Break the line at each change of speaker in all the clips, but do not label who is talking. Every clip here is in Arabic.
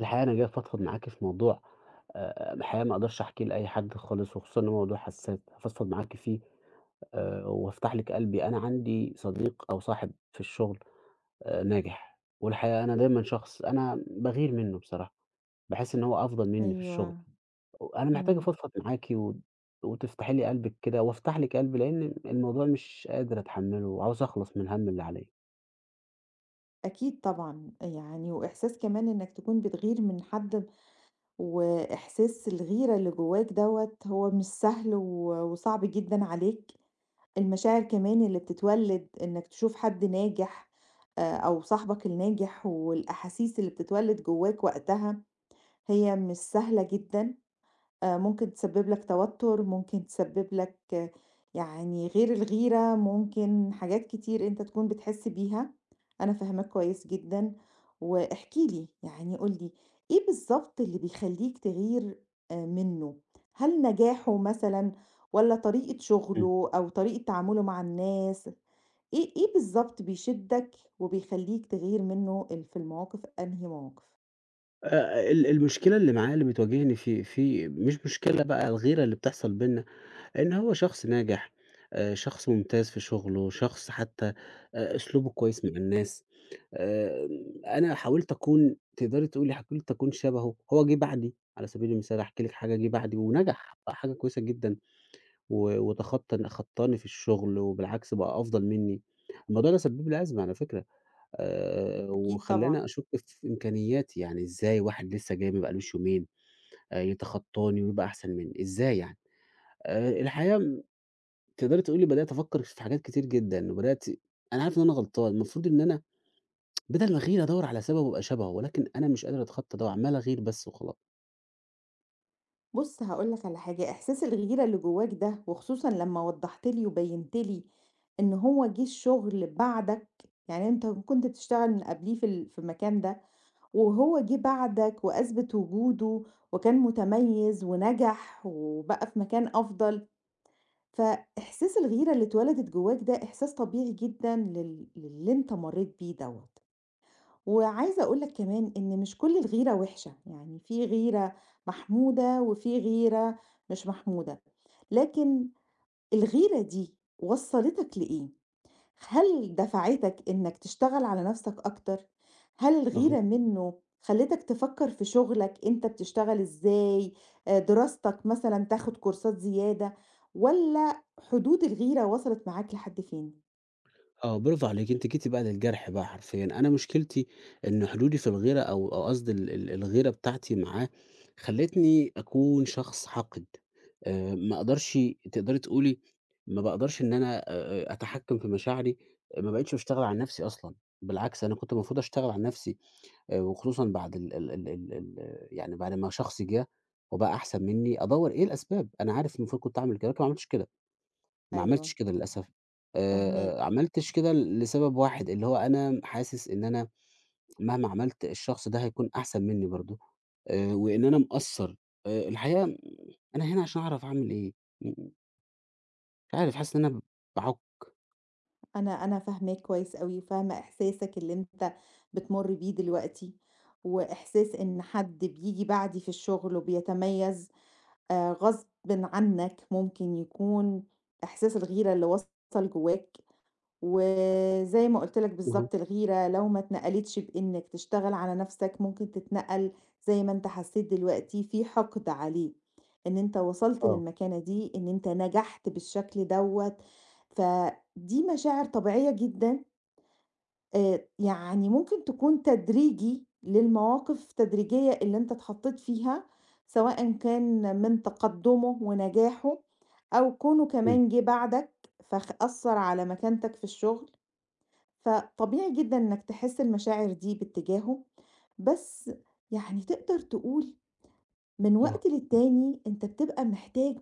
الحقيقة أنا جاي أفضفض معاكِ في موضوع الحقيقة ما أقدرش أحكيه لأي حد خالص، وخصوصًا إن هو موضوع حساس، هافضفض معاكِ فيه وأفتح لِك قلبي. أنا عندي صديق أو صاحب في الشغل ناجح، والحقيقة أنا دايمًا شخص أنا باغير منّه بصراحة، باحس إن هو أفضل منّي في الشغل.
أيوه،
أنا محتاج
إمم،
أفضفض معاكِ و وتفتحي لي قلبِك كده وأفتح لِك قلبي، لإن الموضوع مش قادر أتحمّله وعاوز أخلص من الهَم اللي عليّا.
أكيد طبعًا، يعني وإحساس كمان إنك تكون بتغير من حد، وإحساس الغيرة اللي جواك دوّة هو مش سهل و وصعب جدًا عليك، المشاعر كمان اللي بتتولد إنك تشوف حد ناجح أو صاحبك الناجح والأحاسيس اللي بتتولد جواك وقتها هي مش سهلة جدًا. ممكن تسبب لك توتر، ممكن تسبب لك يعني غير الغيرة، ممكن حاجات كتير أنت تكون بتحس بيها، أنا فاهماك كويس جدًا، واحكِ لي يعني قُل لي إيه بالضبط اللي بيخلّيك تغير منه؟ هل نجاحه مثلًا والّا طريقة
إمم.
شغله أو طريقة تعامله مع الناس؟ إيه بالضبط بيشدك وبيخلّيك تغير منه ال في المواقف أنهي مواقف؟
ال المشكلة اللي معاه اللي بتواجهني في مش مشكلة بقى الغيرة اللي بتحصل بيننا إن هو شخص ناجح، شخص ممتاز في شغله، شخص حتى أسلوبه كويس مع الناس. آآ أنا حاولت أكون تقدري تقولي حاولت أكون شبهه، هو جِه بعدي على سبيل المثال أحكي لِك حاجة، جِه بعدي ونجح، بقى حاجة كويسة جدًا و وتخطى خطّاني في الشغل وبالعكس بقى أفضل منّي. الموضوع ده سبِّب لي أزمة على فكرة،
أكيد
وخلّاني
طبعًا.
أشُك في إمكانياتي، يعني إزاي واحد لسّه جاي ما بقالوش يومين يتخطّاني ويبقى أحسن منّي، إزاي يعني؟ الحقيقة تقدري تقولي بدأت أفكّر في حاجات كتير جدًا، وبدأت أنا عارف إن أنا غلطان، المفروض إن أنا بدل ما أغير أدوّر على سبب وأبقى شبهه، ولكن أنا مش قادر أتخطى ده وعمّال أغير بس وخلاص.
بُص هاقول لك على حاجة، إحساس الغيرة اللي جواك ده وخصوصًا لمّا وضّحت لي وبيّنت لي إن هو جِه الشغل بعدك، يعني أنت كنت بتشتغل من قبليه في المكان ده، وهو جِه بعدك وأثبت وجوده وكان متميز ونجح وبقى في مكان أفضل، فإحساس الغيرة اللي اتولدت جواك ده إحساس طبيعي جدًا للي أنت مرّيت بيه دوّة. وعايزة أقول لك كمان إن مش كل الغيرة وحشة، يعني في غيرة محمودة وفي غيرة مش محمودة، لكن الغيرة دي وصّلتك لإيه؟ هل دفعتك إنك تشتغل على نَفْسك أكتر؟ هل
أها،
الغيرة منّه خلّتك تفكّر في شغلك أنت بتشتغل إزاي، دراستك مثلًا تاخُد كورسات زيادة والّا حدود الغيرة وصلت معاك لحد فين؟
آه، برافو عليكِ، أنتِ جيتِ بقى للجرح بقى حرفيًا، أنا مشكلتي إن حدودي في الغيرة أو قصدي ال ال الغيرة بتاعتي معاه خلّتني أكون شخص حاقد، ما أقدرش تقدري تقولي ما باقدرش إن أنا أتحكّم في مشاعري، ما بقيتش باشتغل على نَفْسي أصلًا، بالعكس أنا كنت المفروض أشتغل على نَفْسي. وخصوصًا بعد ال ال ال ال ال يعني بعد ما شخص جه وبقى أحسن منّي، أدوّر إيه الأسباب، أنا عارف المفروض كنت أعمل كده، لكن ما عملتش كده، ما
أيوه،
عملتش كده للأسف.
فاهماك.
آآ، عملتش كده لسبب واحد، اللي هو أنا حاسس إن أنا مهما عملت الشخص ده هيكون أحسن منّي برضه، وإن أنا مقصّر. الحقيقة أنا هنا عشان أعرف أعمل إيه، م م- مش عارف، حاسس إن أنا باعُك
أنا فاهماك كويس أوي، وفاهمة إحساسك اللي أنت بتمُر بيه دلوقتي، وإحساس إن حد بييجي بعدي في الشغل وبيتميّز غصبٍ عنك ممكن يكون إحساس الغيرة اللي وصل جواك وزي ما قُلت لك
اهم،
بالضبط الغيرة لو ما اتنقلتش بإنك تشتغل على نَفْسك ممكن تتنقل زي ما أنت حسّيت دلوقتي في حَقد عليه، إن أنت وصلت
آه،
للمكانة دي، إن أنت نجحت بالشكل دوّة، فدي مشاعر طبيعية جدًا، يعني ممكن تكون تدريجي للمواقف تدريجية اللي أنت اتحطّيت فيها، سواءً كان من تقدُّمه ونجاحه أو كونه
إمم،
كمان جِه بعدك فخ أثّر على مكانتك في الشغل. فطبيعي جدًا إنك تحس المشاعر دي باتجاهه، بس يعني تقدر تقول من
آه،
وقت للتاني أنت بتبقى محتاج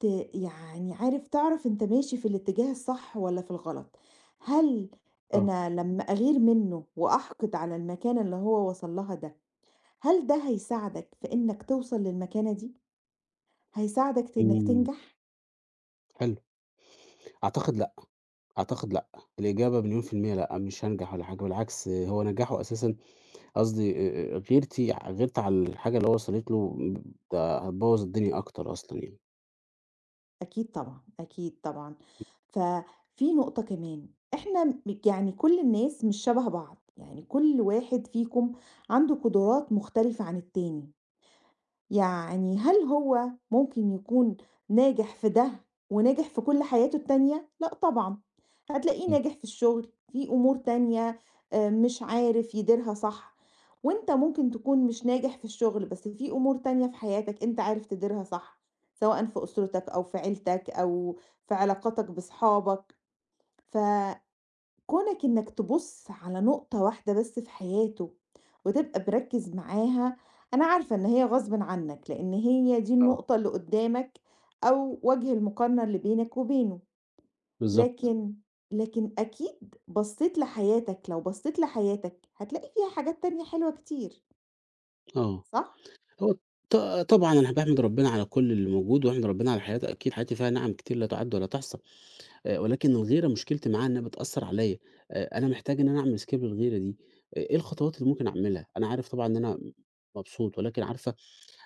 ت يعني عارف تعرف أنت ماشي في الاتجاه الصح والّا في الغلط، هل
آه،
أنا لمّا أغير منه وأحقد على المكانة اللي هو وصل لها ده، هل ده هيساعدك في إنك توصل للمكانة دي؟ هيساعدك إنك
إمم،
تنجح؟
حلو. أعتقد أعتقد لأ، الإجابة ب10000% لأ، مش هانجح ولا حاجة، بالعكس هو نجاحه أساسًا قصدي غيرتي غيرت على الحاجة اللي هو وصلت له ده هتبوّظ الدنيا أكتر أصلًا يعني.
أكيد طبعًا، أكيد طبعًا. ففي نقطة كمان، إحنا م يعني كل الناس مش شبه بعض، يعني كل واحد فيكم عنده قدرات مختلفة عن التاني. يعني هل هو ممكن يكون ناجح في ده وناجح في كل حياته التانية؟ لأ طبعًا، هتلاقيه
إمم،
ناجح في الشغل، في أمور تانية مش عارف يديرها صح، وأنت ممكن تكون مش ناجح في الشغل بس في أمور تانية في حياتك أنت عارف تديرها صح، سواء في أسرتك أو في عيلتك أو في علاقاتك بصحابك، ف كونك إنك تبُص على نقطة واحدة بس في حياته، وتبقى مركّز معاها، أنا عارفة إن هي غصبٍ عنك، لإن هي دي
آه،
النقطة اللي قدّامك أو وجه المقارنة اللي بينك وبينه،
بالضبط،
لكن لكن أكيد بصّيت لحياتك، لو بصّيت لحياتك هتلاقي فيها حاجات تانية حلوة كتير،
آه،
صح؟
هو ط طبعًا أنا باحمد ربنا على كل اللي موجود، واحمد ربنا على حياتي أكيد، حياتي فيها نِعَم كتير لا تُعَد ولا تحصى، ولكن الغيرة مشكلتي معاها إنها بتأثّر عليَّ، أنا محتاج إن أنا أعمل escape للغيرة دي، آه، إيه الخطوات اللي ممكن أعملها؟ أنا عارف طبعًا إن أنا مبسوط، ولكن عارفة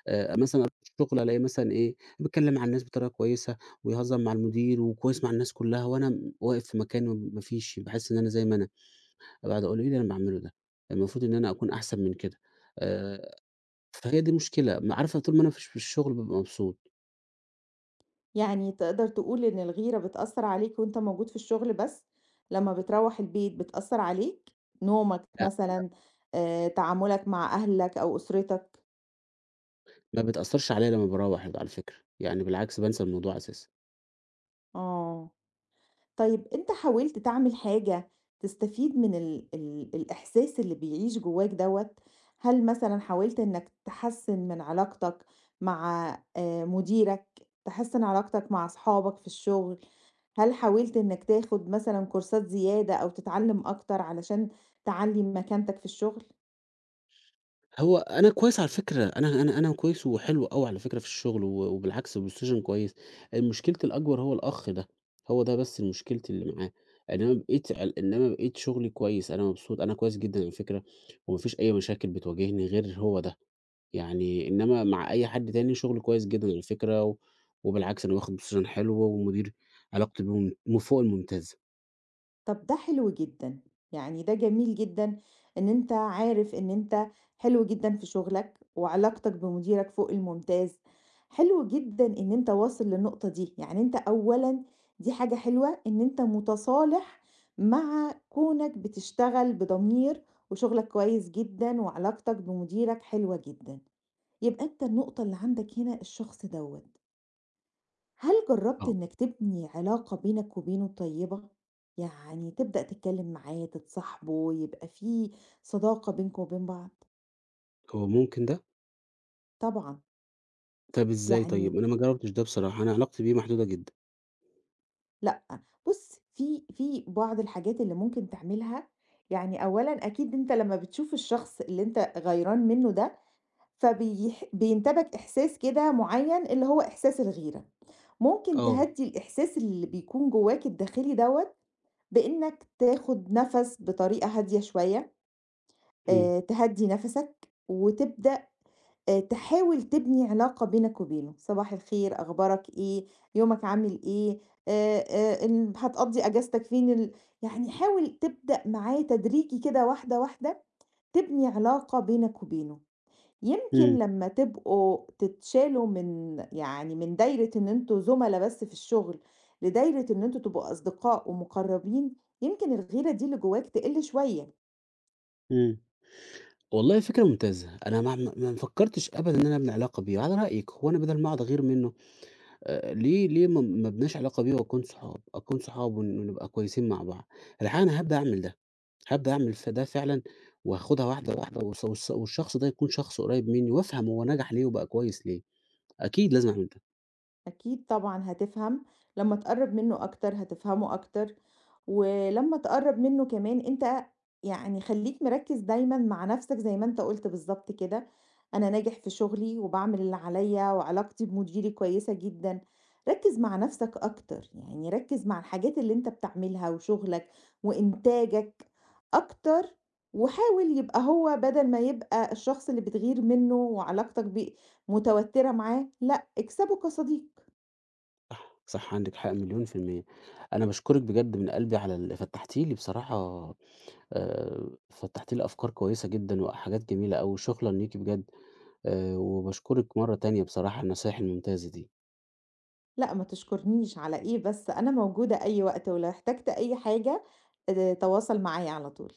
مثلًا أروح الشغل ألاقيه مثلًا إيه، بيتكلّم مع الناس بطريقة كويسة ويهزّر مع المدير وكويس مع الناس كُلّها وأنا واقف في مكاني ما فيش، باحس إن أنا زي ما أنا، باقعد أقول إيه اللي أنا باعمله ده، المفروض إن أنا أكون أحسن من كده. آآ فهي دي مشكلة، عارفة طول ما أنا فيش في الشغل بابقى مبسوط،
يعني تقدر تقول إن الغيرة بتأثّر عليك وأنت موجود في الشغل بس، لمّا بتروّح البيت بتأثّر عليك؟ نومك
لأ
مثلًا، تعاملك مع أهلك أو أسرتك؟
ما بتأثّرش عليّا لمّا باروّح على فكرة، يعني بالعكس بانسى الموضوع أساسًا.
آه، طيب أنت حاولت تعمل حاجة تستفيد من ال الإحساس اللي بيعيش جواك دوّة؟ هل مثلًا حاولت إنك تحسّن من علاقتك مع مديرك، تحسّن علاقتك مع أصحابك في الشغل؟ هل حاولت إنك تاخد مثلًا كورسات زيادة أو تتعلم أكتر علشان تعلّي مكانتك في الشغل؟
هو أنا كويس على فكرة، أنا كويس وحلو أوي على فكرة في الشغل، و وبالعكس الPlayStation كويس، مشكلتي الأكبر هو الأخ ده، هو ده بس مشكلتي اللي معاه، إنما بقيت شغلي كويس، أنا مبسوط، أنا كويس جدًا على فكرة، وما فيش أي مشاكل بتواجهني غير هو ده، يعني إنما مع أي حد تاني شغلي كويس جدًا على فكرة، و وبالعكس أنا باخد Position حلو، ومدير علاقتي بيه مم م فوق الممتازة،
طب ده حلو جدًا، يعني ده جميل جدًا إن أنت عارف إن أنت حلو جدًا في شغلك، وعلاقتك بمديرك فوق الممتاز، حلو جدًا إن أنت واصل للنقطة دي، يعني أنت أولًا دي حاجة حلوة إن أنت متصالح مع كونك بتشتغل بضمير وشغلك كويس جدًا وعلاقتك بمديرك حلوة جدًا، يبقى أنت النقطة اللي عندك هنا الشخص دوّة. هل جربت
آه،
إنك تبني علاقة بينك وبينه طيبة؟ يعني تبدأ تتكلم معاه، تتصاحبه، يبقى في صداقة بينكم وبين بعض؟
هو ممكن ده؟
طبعًا،
طب إزاي
يعني
طيب؟ أنا ما جربتش ده بصراحة، أنا علاقتي بيه محدودة جدًا،
لأ بُص في بعض الحاجات اللي ممكن تعملها، يعني أولًا أكيد أنت لمّا بتشوف الشخص اللي أنت غيران منه ده، بينتابك إحساس كده معيّن اللي هو إحساس الغيرة، ممكن
آه،
تهدّي الإحساس اللي بيكون جواك الداخلي دوّة بإنك تاخد نَفَس بطريقة هادية شوية.
إمم،
تهدّي نَفَسك، وتبدأ تحاول تبني علاقة بينك وبينه، صباح الخير، أخبارك إيه، يومك عامل إيه، ال هتقضّي أجازتك فين ال يعني حاول تبدأ معاه تدريجي كده واحدة، واحدة، تبني علاقة بينك وبينه. يمكن
إمم.
لمّا تبقوا تتشالوا من يعني من دايرة إن أنتم زُملا بس في الشغل، لدايرة إن أنتم تبقوا أصدقاء ومُقرّبين، يمكن الغيرة دي اللي جواك تقِل شوية.
إمم. والله فكرة ممتازة، أنا ما فكّرتش أبدًا إن أنا أبني علاقة بيه، على رأيِك هو أنا بدل ما أقعد أغير منّه ليه ما أبناش علاقة بيه وأكون صحاب، أكون صحاب ونبقى كويسين مع بعض، الحقيقة أنا هابدأ أعمل ده، هابدأ أعمل ده فعلًا وهاخدها واحدة، واحدة والص والص والشخص ده يكون شخص قريب منّي وأفهم هو نجح ليه وبقى كويس ليه، أكيد لازم أعمل ده،
أكيد طبعًا هتفهم، لمّا تقرّب منّه أكتر هتفهمه أكتر، ولمّا تقرّب منّه كمان أنت يعني خلّيك مركّز دايمًا مع نَفْسك زي ما أنت قُلت بالضبط كده، أنا ناجح في شغلي وباعمل اللي عليّا وعلاقتي بمديري كويسة جدًا، ركّز مع نَفْسك أكتر، يعني ركّز مع الحاجات اللي أنت بتعملها وشغلك وإنتاجك أكتر، وحاول يبقى هو بدل ما يبقى الشخص اللي بتغير منّه وعلاقتك بيه متوتّرة معاه، لأ اكسبه كصديق.
صح، صح عندِك حق مليون في المِيّة، أنا باشكرِك بجد من قلبي على فتّحتِ لي بصراحة فتّحتِ لي أفكار كويسة جدًا وحاجات جميلة أوي، شكرًا ليكِ بجد. وباشكرِك مرّة تانية بصراحة على النصايح الممتازة دي.
لأ، ما تشكرنيش على إيه بس، أنا موجودة أي وقت ولو احتجت أي حاجة تواصل معايا على طول.